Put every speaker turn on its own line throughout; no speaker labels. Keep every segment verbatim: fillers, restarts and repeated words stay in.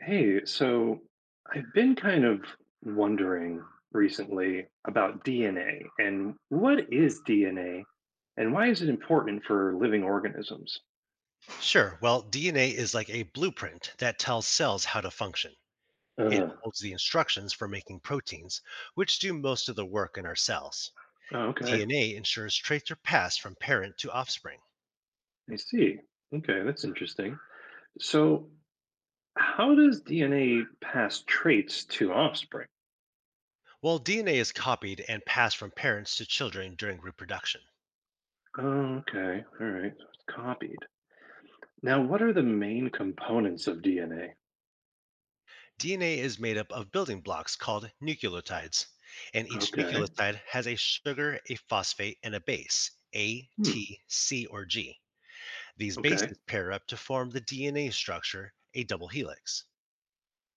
Hey, so I've been kind of wondering recently about D N A, and what is D N A and why is it important for living organisms?
Sure. Well, D N A is like a blueprint that tells cells how to function. It
Uh,
holds the instructions for making proteins, which do most of the work in our cells.
oh, okay.
D N A ensures traits are passed from parent to offspring.
I see. Okay, that's interesting. So, how does D N A pass traits to offspring?
While D N A is copied and passed from parents to children during reproduction,
Oh, okay. All right. So it's copied. Now, what are the main components of D N A?
D N A is made up of building blocks called nucleotides, and each
Okay.
nucleotide has a sugar, a phosphate, and a base, A,
Hmm.
T, C, or G. These
Okay.
bases pair up to form the D N A structure, a double helix.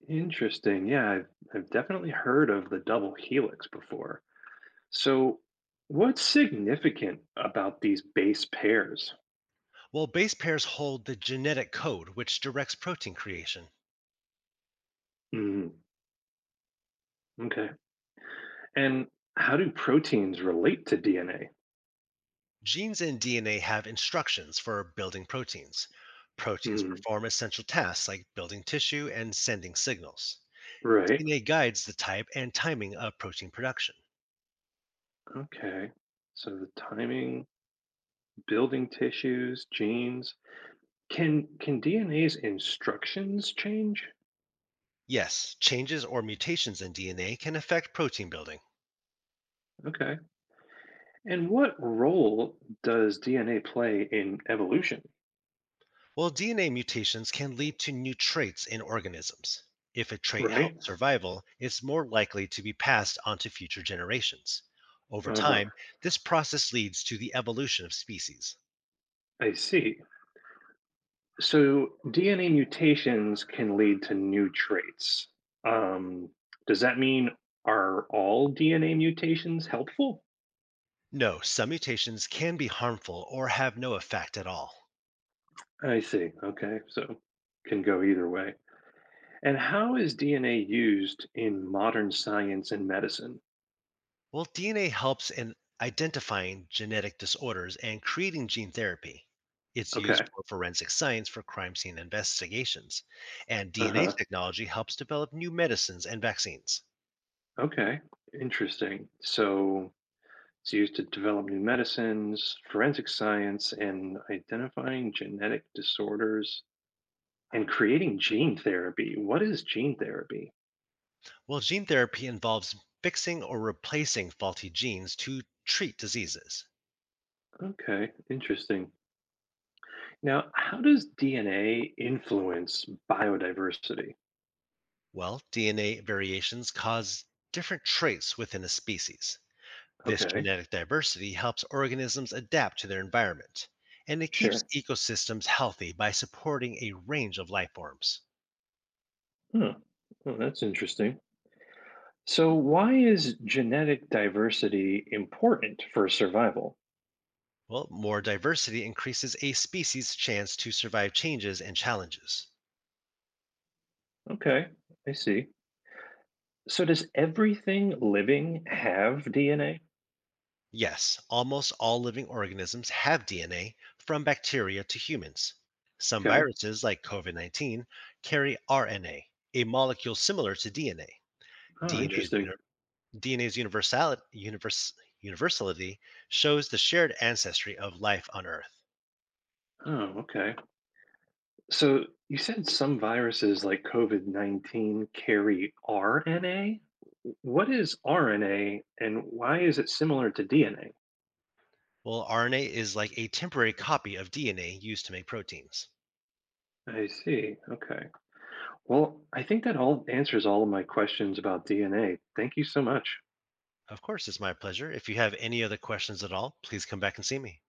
Interesting. Yeah, I've, I've definitely heard of the double helix before. So, what's significant about these base pairs?
While base pairs hold the genetic code which directs protein creation.
Mm, okay. And how do proteins relate to D N A?
Genes and D N A have instructions for building proteins. Proteins
Mm,
perform essential tasks like building tissue and sending signals.
right.
D N A guides the type and timing of protein production.
Okay. So the timing, building tissues, genes. Can can DNA's instructions change?
Yes, changes or mutations in D N A can affect protein building.
Okay. And what role does D N A play in evolution?
Well, D N A mutations can lead to new traits in organisms. If a trait
Right?
helps survival, it's more likely to be passed on to future generations. Over
Uh-huh.
time, this process leads to the evolution of species.
I see. So D N A mutations can lead to new traits. Um, does that mean, are all D N A mutations helpful?
No, some mutations can be harmful or have no effect at all.
I see. Okay. So can go either way. And how is D N A used in modern science and medicine?
Well, D N A helps in identifying genetic disorders and creating gene therapy. It's used
Okay.
for forensic science for crime scene investigations, and
Uh
D N A
huh.
technology helps develop new medicines and vaccines.
Okay. Interesting. So it's used to develop new medicines, forensic science, and identifying genetic disorders and creating gene therapy. What is gene therapy?
Well, gene therapy involves fixing or replacing faulty genes to treat diseases.
Okay, interesting. Now, how does D N A influence biodiversity?
Well, D N A variations cause different traits within a species. This
Okay,
genetic diversity helps organisms adapt to their environment, and it keeps
sure.
ecosystems healthy by supporting a range of life forms.
Huh. Well, that's interesting. So, why is genetic diversity important for survival?
Well, more diversity increases a species' chance to survive changes and challenges.
Okay, I see. So, does everything living have D N A?
Yes, almost all living organisms have D N A from bacteria to humans. Some
Okay.
viruses, like COVID nineteen, carry R N A, a a molecule similar to DNA.
Oh,
DNA's,
interesting.
uni- D N A's universal, universe, universality shows the shared ancestry of life on Earth.
Oh, okay. So you said some viruses like COVID nineteen carry R N A. What is RNA and why is it similar to D N A?
Well, R N A is like a temporary copy of D N A used to make proteins.
I see. Okay. Well, I think that all answers all of my questions about D N A. Thank you so much.
Of course, it's my pleasure. If you have any other questions at all, please come back and see me.